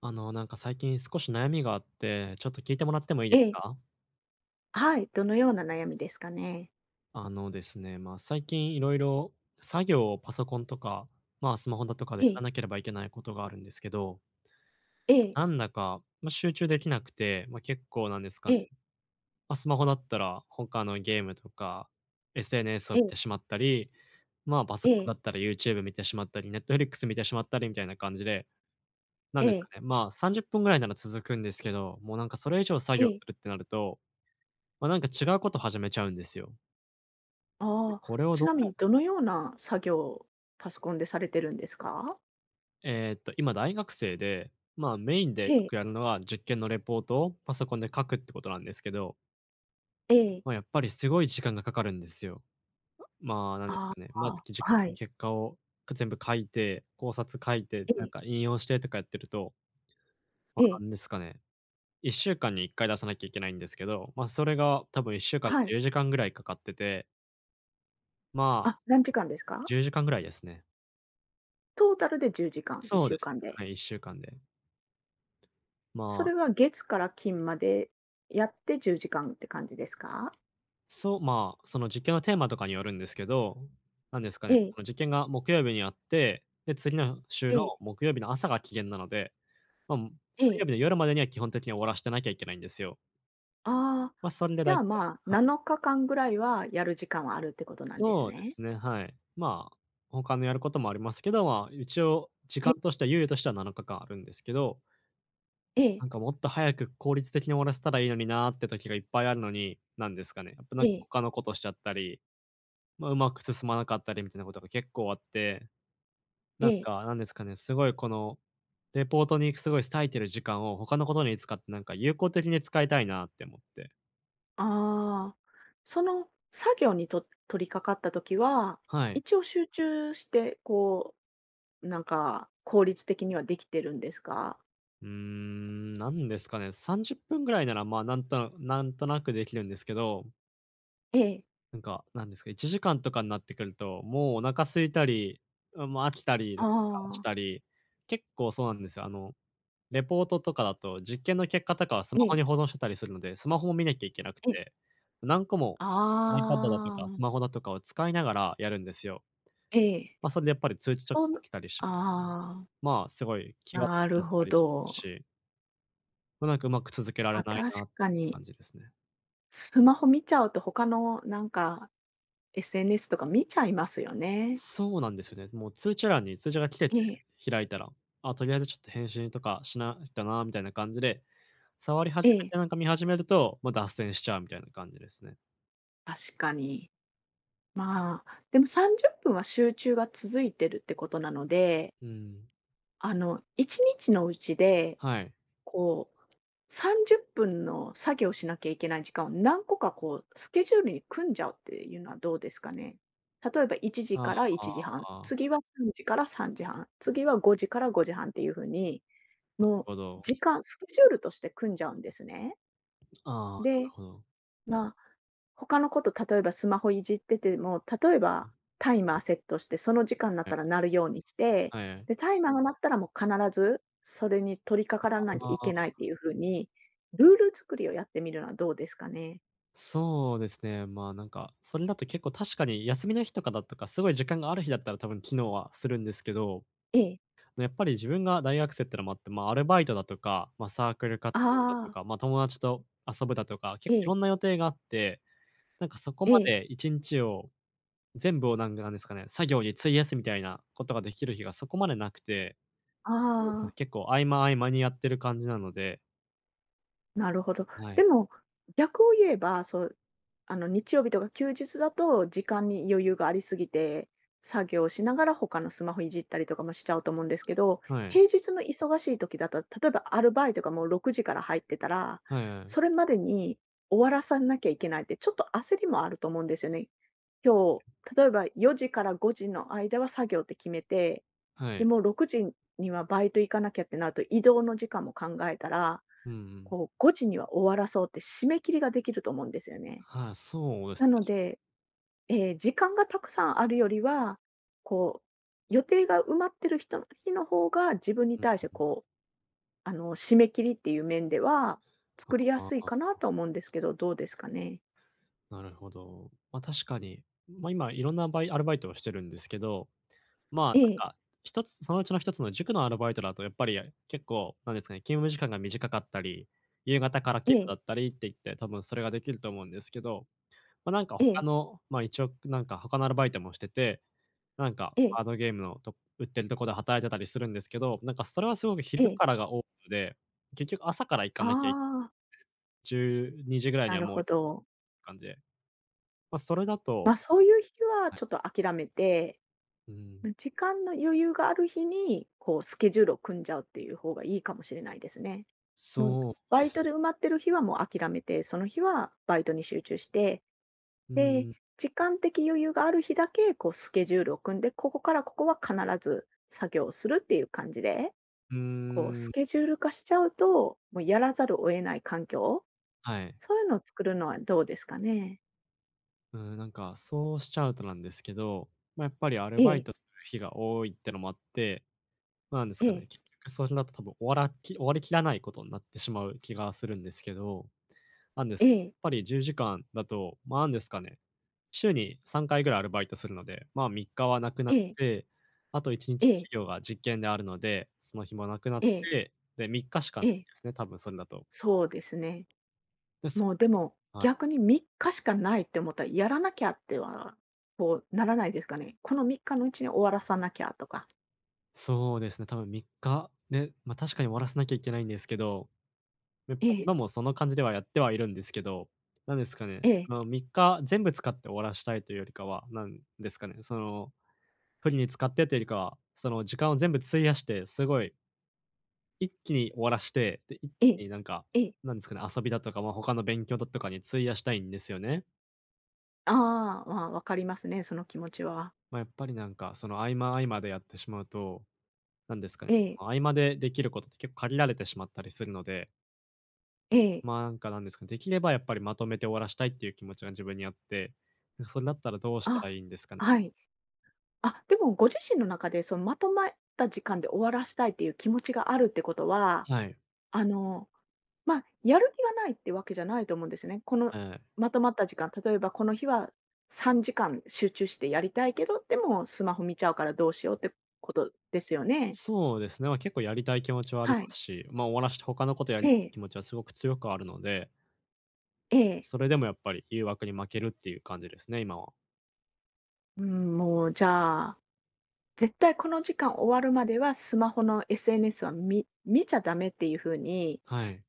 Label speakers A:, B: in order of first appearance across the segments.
A: なんか最近少し悩みがあって、ちょっと聞いてもらってもいいで
B: え
A: す
B: え、
A: か？
B: はい、どのような悩みですかね？
A: あのですね、まあ、最近いろいろ作業をパソコンとか、まあ、スマホだとかでや
B: ええ、
A: らなければいけないことがあるんですけど、
B: ええ、
A: なんだか、まあ、集中できなくて、ま、結構なんですか
B: え
A: ね、
B: え、
A: ま、スマホだったら他のゲームとか SNS を
B: え
A: 見
B: え、
A: てしまったり、まあ、パソ
B: え
A: コン
B: え、
A: だったら YouTube 見てしまったり、Netflix 見てしまったりみたいな感じで、なん
B: え
A: ですか
B: え、
A: ね、まあ、30分ぐらいなら続くんですけど、もうなんかそれ以上作
B: え
A: 業す
B: え。
A: るってなると、ま、なんか違うこと始めちゃうんですよ。で、
B: ああ、
A: これを
B: ち
A: ど
B: な
A: う
B: み
A: や
B: にどのような作業をパソコンでされてるんですか？
A: えっと、今大学生で、まあ、メインでよ
B: ええ、
A: くやるのは実験のレポートをパソコンで書くってことなんですけど、
B: ええ、
A: ま、やっぱりすごい時間がかかるんですよ。まあ、なんです
B: あ
A: かね、まず、
B: あ、はい、
A: 結果を全部書いて、考察書いて、
B: え
A: なん
B: え、
A: か引用してとかやってると、ま、
B: ええ、
A: なんですかね、1週間に1回出さなきゃいけないんですけど、ま、それが多分1週間に
B: はい。
A: 10時間ぐらいかかってて、まあ、
B: あ、何時間ですか？
A: 10時間ぐらいですね。
B: トータルで10時間、
A: そう
B: 1
A: で
B: 週
A: すね、
B: 間
A: は
B: で。
A: い、1週間で。
B: そ
A: ま
B: れは
A: あ、
B: 月から金までやって10時間って感じですか？
A: そう、まあ、その実験のテーマとかによるんですけど、なんですか
B: え
A: ね、そ
B: え、
A: の実験が木曜日にあって、で、次の週
B: ええ、
A: の木曜日の朝が期限なので、まあ、
B: え
A: 水曜
B: え。
A: 日の夜までには基本的に終わらしてなきゃいけないんですよ。
B: ああ、
A: まあ、それでだ
B: じゃ
A: い
B: あ、
A: たい
B: まあ、
A: はい。
B: 7日間ぐらいはやる時間はあるってことなんです
A: そうで
B: ね。
A: すね、はい。まあ、他のやることもありますけど、まあ、一応時
B: え、
A: 間としては猶予としては7日間あるんですけど、
B: ええ、
A: なんかもっと早く効率的に終わらせたらいいのになーって時がいっぱいあるのに、なんですかね、やっぱなん
B: え
A: か
B: え、
A: 他のことしちゃったり、まあ、うまく進まなかったりみたいなことが結構あって、な
B: え
A: ん
B: え。
A: か、なんですかね、すごいこの、レポートにすごい割いてる時間を他のことに使ってなんか有効的に使いたいなって思って。
B: ああ、その作業にと取り掛かったときは、
A: はい。
B: 一応集中して、こう、なんか、効率的にはできてるんですか？
A: うーん、なんですかね、30分ぐらいなら、まあ、なんとなくできるんですけど、
B: ええ。
A: なんか、なんですか、1時間とかになってくると、もうお腹空いたり、うん、もう飽きたりな
B: あ
A: んかした
B: あ。
A: り、結構そうなんですよ。あの、レポートとかだと、実験の結果とかはスマ
B: え
A: ホに保
B: え、
A: 存してたりするので、スマホも見なきゃいけなく
B: ええ。
A: て、何個も iPad だと
B: あ
A: かスマ
B: あ。
A: ホだとかを使いながらやるんですよ。
B: ええ。
A: まあ、それでやっぱり通知とか
B: そ
A: が
B: の
A: 来たりしますね。
B: ああ、
A: まあ、すごい気が冷
B: な
A: めち
B: る
A: ゃっ
B: ほ
A: たりします
B: ど。
A: し、ま、なんかうまく続けられ
B: あ、
A: ないなっ
B: 確
A: て
B: かに、
A: 感じですね。
B: スマホ見ちゃうと他のなんか SNS とか見ちゃいますよね。
A: そうなんですよね。もう通知欄に通知が来てて、
B: ええ、
A: 開いたら、あ、とりあえずちょっと返信とかしないとなみたいな感じで、触り始
B: え
A: め
B: え、
A: てなんか見始めると、ま、脱線しちゃうみたいな感じですね。
B: 確かに。まあ、でも30分は集中が続いてるってことなので、
A: うん。
B: あの、1日のうちで、
A: はい。
B: こう、30分の作業しなきゃいけない時間を何個かこう、スケジュールに組んじゃうっていうのはどうですかね。例えば1時
A: ああ、
B: から1
A: な
B: 時半、次は3時から3時半、次は5時から5時半っていう風に、
A: る
B: もう
A: ほど。
B: 時間、スケジュールとして組んじゃうんですね。
A: ああ、なる
B: で、
A: ほど。
B: まあ他のこと、例えばスマホいじってても、例えばタイマーセットして、その時間になっ
A: はい。
B: たら鳴るようにして、
A: はい。
B: で、タイマーが鳴ったらもう必ずそれに取り掛からなきゃ
A: あ
B: い
A: あ、
B: けないっていう風に、ルール作りをやってみるのはどうですかね？
A: そうですね。まあ、なんか、それだと結構確かに休みの日とかだとか、すごい時間がある日だったら多分機能はするんですけど、
B: ええ。
A: やっぱり自分が大学生ってのもあって、まあ、アルバイトだとか、まあ、サークル活動だと
B: あ
A: か、
B: あ、
A: まあ、友達と遊ぶだとか、
B: え
A: 結構いろ
B: え、
A: んな予定があって、なんかそこ
B: え
A: ま
B: え、
A: で1日を全部をなんなんですかね、作業に費やすみたいなことができる日がそこまでなくて、そうですね、
B: ああ。
A: 結構合間合間にやってる感じなので。
B: なるほど。
A: はい。
B: でも、逆を言えば、そう、あの、日曜日とか休日だと、時間に余裕がありすぎて、作業しながら他のスマホいじったりとかもしちゃうと思うんですけど、
A: はい。
B: 平日の忙しい時だと、例えばアルバイトがもう6時から入ってたら、
A: はいは
B: そ
A: い。
B: れまでに終わらさなきゃいけないって、ちょっと焦りもあると思うんですよね。今日、例えば4時から5時の間は作業って決めて、
A: は
B: で
A: い。
B: もう6時にはバイト行かなきゃってなると移動の時間も考えたら、
A: うんうん。
B: こう、5時には終わらそうって締め切りができると思うんですよね。
A: はい、そうです。
B: なの
A: 確かに。
B: で、時間がたくさんあるよりは、こう、予定が埋まってる人の日の方が、自分に
A: うん
B: 対して
A: うん。
B: こう、あの、締め切りっていう面では、作りや
A: あ
B: すいか
A: あ、
B: なと思うんですけど、どうですかね？
A: なるほど。ま、確かに、ま、今いろんなアルバイトをしてるんですけど、ま
B: え
A: あ、
B: え、
A: なんか、一つそのうちの一つの塾のアルバイトだとやっぱり結構、なんですかね、勤務時間が短かったり、夕方から
B: え
A: 勤
B: え、
A: 務だったりって言って、多分それができると思うんですけど、ま、なんか
B: え
A: 他
B: え、
A: の、ま、一応なんか他のアルバイトもしてて、なんか、
B: ええ、
A: カードゲームのと売ってるとこで働いてたりするんですけど、なんかそれはすごく
B: え
A: 昼
B: え。
A: からが多いので、結局朝から行か
B: あ
A: なきゃい
B: あ、
A: 12時ぐらいに
B: な
A: は
B: る
A: もう
B: ほ
A: 行
B: ど。
A: く感じで、ま、それだと、
B: ま、そういう日はちょっと諦めて
A: うん、
B: 時間の余裕がある日に、こうスケジュールを組んじゃうっていう方がいいかもしれないですね。もう
A: そう
B: バ
A: で
B: イ
A: す
B: ト
A: ね。
B: で埋まってる日はもう諦めて、その日はバイトに集中して、
A: う
B: で、
A: ーん、
B: 時間的余裕がある日だけ、こうスケジュールを組んで、ここからここは必ず作業をするっていう感じで、
A: うー
B: こうス
A: ん、
B: ケジュール化しちゃうと、もうやらざるを得ない環境、
A: はい。
B: そういうのを作るのはどうですかね。
A: うん、なんかそうしちゃうとなんですけど、ま、やっぱりアル
B: え
A: バイ
B: え、
A: トする日が多いってのもあって、なんです
B: え
A: かね、
B: え、
A: 結局それだと多分終わりきらないことになってしまう気がするんですけど、なんです、や
B: ええ、
A: っぱり10時間だと、ま、なんですかね、週に3回ぐらいアルバイトするので、まあ、3日はなくなっ
B: ええ、
A: て、あと1日
B: え
A: 授
B: え、
A: 業が実験であるので、その日もなくなっ
B: ええ、
A: て、で、3日しかない
B: え
A: で
B: え
A: すね、多分それだと。
B: そうですね。
A: で、そ
B: もうでも、
A: はい。
B: 逆に3日しかないって思ったら、やらなきゃっては、こうならないですかね。この3日のうちに終わらさなきゃとか。
A: そうですね、多分3日で、ま、確かに終わらせなきゃいけないんですけど、やっ
B: え
A: ぱり
B: え、
A: 今もその感じではやってはいるんですけど、なんですかね、
B: ええ、
A: その3日全部使って終わらしたいというよりかは、なんですかね、その、不利に使ってというよりかは、その時間を全部費やして、すごい一気に終わらして、で、一
B: ええ、
A: 気になんか、
B: ええ。
A: なんですかね、遊びだとか、まあ、他の勉強だとかに費やしたいんですよね。
B: ああ、まあ、わかりますね、その気持ちは。
A: まあ、やっぱりなんか、その合間合間でやってしまうと、なんですかね、
B: ええ、
A: その合間でできることって結構限られてしまったりするので、
B: ええ。
A: まあ、なんかなんですかね、できればやっぱりまとめて終わらしたいっていう気持ちが自分にあって、それだったらどうした
B: あ、
A: らいいんですかね？
B: はい。あ、でもご自身の中で、そのまとまった時間で終わらしたいっていう気持ちがあるってことは、
A: はい。
B: あのまあ、やる気がないってわけじゃないと思うんですよね。この
A: ええ。
B: まとまった時間、例えばこの日は3時間集中してやりたいけど、でもスマホ見ちゃうからどうしようってことですよね。
A: そうですね、まあ、結構やりたい気持ちはあり
B: は
A: ます
B: い。
A: し、まあ、終わらして他のことや
B: え
A: る
B: え、
A: 気持ちはすごく強くあるので、
B: ええ。
A: それでもやっぱり誘惑に負けるっていう感じですね、今は。
B: うん、もうじゃあ、絶対この時間終わるまではスマホの SNS は見ちゃダメっていう風に、
A: はい。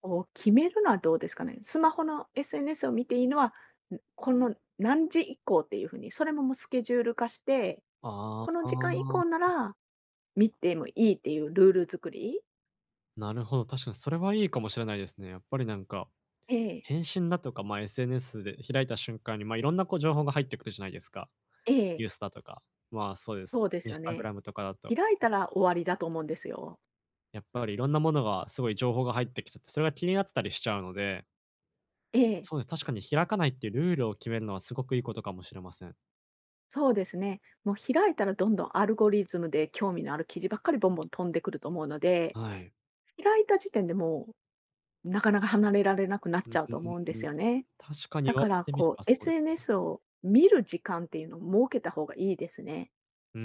B: こう決めるのはどうですかね？スマホの SNS を見ていいのは、この何時以降っていう風に、それももうスケジュール化して、
A: ああ、
B: この時間以 降なら見てもいいっていうルール作り
A: なるほど。確かにそれはいいかもしれないですね。やっぱりなんか、
B: ええ、
A: 返信だとか、ま、SNS で開いた瞬間に、ま、いろんなこう情報が入ってくるじゃないですか。
B: ええ、
A: ユースだとか、まあ、そうです。
B: そうで
A: イ
B: す
A: ン
B: よ
A: スタグ
B: ね。
A: ラムとかだと、
B: 開いたら終わりだと思うんですよ。
A: やっぱりいろんなものがすごい情報が入ってきちゃって、それが気になったりしちゃうので、
B: ええ、
A: そうです、確かに開かないっていうルールを決めるのはすごくいいことかもしれません。
B: そうですね。もう開いたらどんどんアルゴリズムで興味のある記事ばっかりボンボン飛んでくると思うので、
A: はい。
B: 開いた時点でもうなかなか離れられなくなっちゃうと
A: う
B: 思うんです
A: ん。
B: よね。
A: 確かに
B: だ
A: 言わ
B: か
A: れ
B: ら
A: てみれ
B: こ
A: ば
B: う
A: そうです。
B: SNS を見る時間っていうのを設けた方がいいですね。
A: うー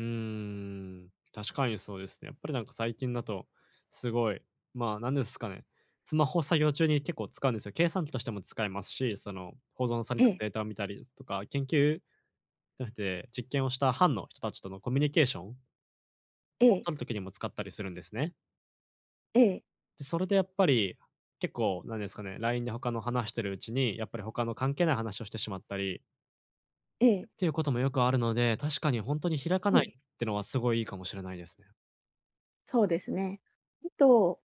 A: ん、確かにそうですね。やっぱりなんか最近だと、すごい、まあ、なんですかね、スマホ作業中に結構使うんですよ。計算機としても使えますし、その保存され
B: え
A: た
B: え、
A: データを見たりとか、研究じゃなくて実験をした班の人たちとのコミュニケーション
B: え
A: を
B: え、
A: 取るときにも使ったりするんですね。
B: ええ、
A: で、それでやっぱり結構なんですかね、LINE で他の話してるうちに、やっぱり他の関係ない話をしてしまったり
B: ええ、
A: っていうこともよくあるので、確かに本当に開か
B: え
A: ない
B: え、
A: ってのはすごいいいかもしれないですね。
B: そうですね。あと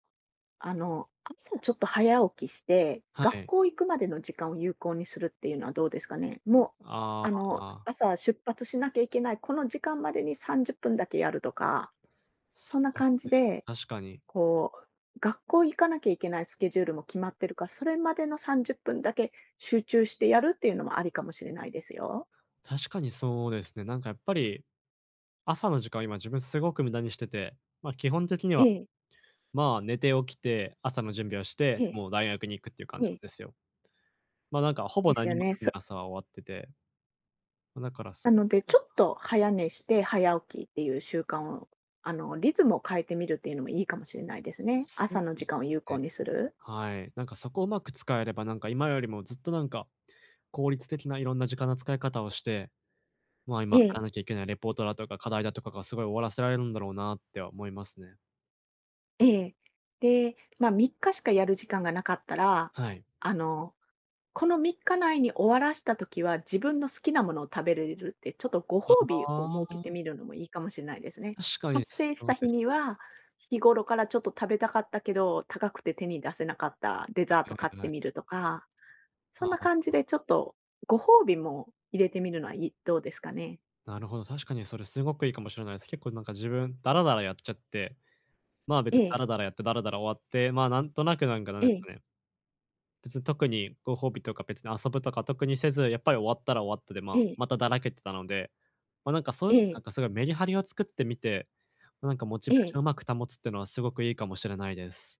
B: あの、朝ちょっと早起きして、
A: は
B: 学
A: い。
B: 校行くまでの時間を有効にするっていうのはどうですかね。もう、
A: あ
B: あの、
A: あ、
B: 朝出発しなきゃいけない、この時間までに30分だけやるとか、
A: そ
B: そんな
A: う
B: 感
A: で
B: じ
A: すね、
B: で、
A: 確かに。
B: こう、学校行かなきゃいけないスケジュールも決まってるから、それまでの30分だけ集中してやるっていうのもありかもしれないですよ。
A: 確かにそうですね。なんかやっぱり、朝の時間を今自分すごく無駄にしてて、ま、基本的に
B: え
A: は、
B: え、
A: まあ、寝て起きて、朝の準備をして、
B: ええ、
A: もう大学に行くっていう感
B: え
A: じなん
B: え、
A: ですよ。ま、なんかほぼ
B: です
A: 何
B: よ
A: もせ
B: ね。
A: ずに朝は終わってて、ま、だからそ
B: なので、
A: こ
B: ちょっと早寝して早起きっていう習慣を、あの、リズムを変えてみるっていうのもいいかもしれないですね。
A: そう
B: 朝の
A: で
B: 時間を
A: す
B: 有
A: ね。
B: 効にする。
A: はい。なんかそこをうまく使えれば、なんか今よりもずっとなんか、効率的ないろんな時間の使い方をして、まあ、今
B: え
A: やら
B: え、
A: なきゃいけないレポートだとか課題だとかがすごい終わらせられるんだろうなって思いますね。
B: ええ。で、まあ、3日しかやる時間がなかったら、
A: はい。
B: あの、この3日内に終わらした時は自分の好きなものを食べれるって、ちょっとご
A: あ
B: 褒美を設けて
A: あ、
B: みるのもいいかもしれないですね。
A: 確かに
B: 達成し
A: そう
B: た
A: で
B: 日
A: す
B: に
A: ね。
B: は、日頃からちょっと食べたかったけど、高くて手に出せなかったデ
A: は
B: ザー
A: い
B: ト
A: は
B: 買っ
A: いは
B: て
A: い。
B: みるとかそ
A: あ
B: んな感
A: あ、
B: じでちょっと、ご褒美も入れてみるのはどうですかね？
A: なるほど、確かにそれすごくいいかもしれないです。結構なんか自分、ダラダラやっちゃって、まあ、別
B: え
A: にダ
B: え、
A: ラダラやってダラダラ終わって、まあ、なんとなくなんかなん
B: え
A: です
B: え、
A: かね、別に特にご褒美とか別に遊ぶとか特にせず、やっぱり終わったら終わったで、まあ、
B: ええ、
A: まただらけてたので、ま、なんかそういう
B: え
A: のな
B: え、
A: んかすごいメリハリを作ってみて、ま、なんかモチベ
B: え
A: ーショ
B: え。
A: ンをうまく保つっていうのはすごくいいかもしれないです。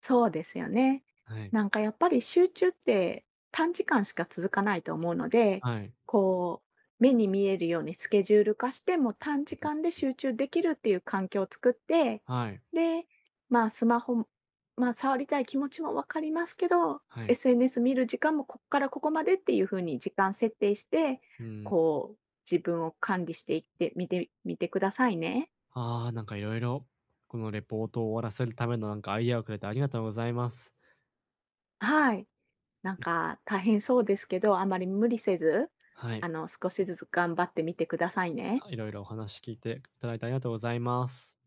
B: そうですよね。
A: はい。
B: なんかやっぱり集中って短時間しか続かないと思うので、
A: はい。
B: こう、目に見えるようにスケジュール化して、もう短時
A: うん、
B: 間で集中できるっていう環境を作って、
A: はい。
B: で、まあスマホ、まあ触りたい気持ちもわかりますけど、
A: はい。
B: SNS 見る時間もここからここまでっていうふうに時間設定して、
A: うん。
B: こう、自分を管理していってみてくださいね。
A: ああ、なんかいろいろ、このレポートを終わらせるためのなんかアイデアをくれてありがとうございます。
B: はい。なんか大変そうですけど、あまり無理せず、
A: はい。
B: あの、少しずつ頑張ってみてくださいね。
A: いろいろお話聞いていただいてありがとうございます。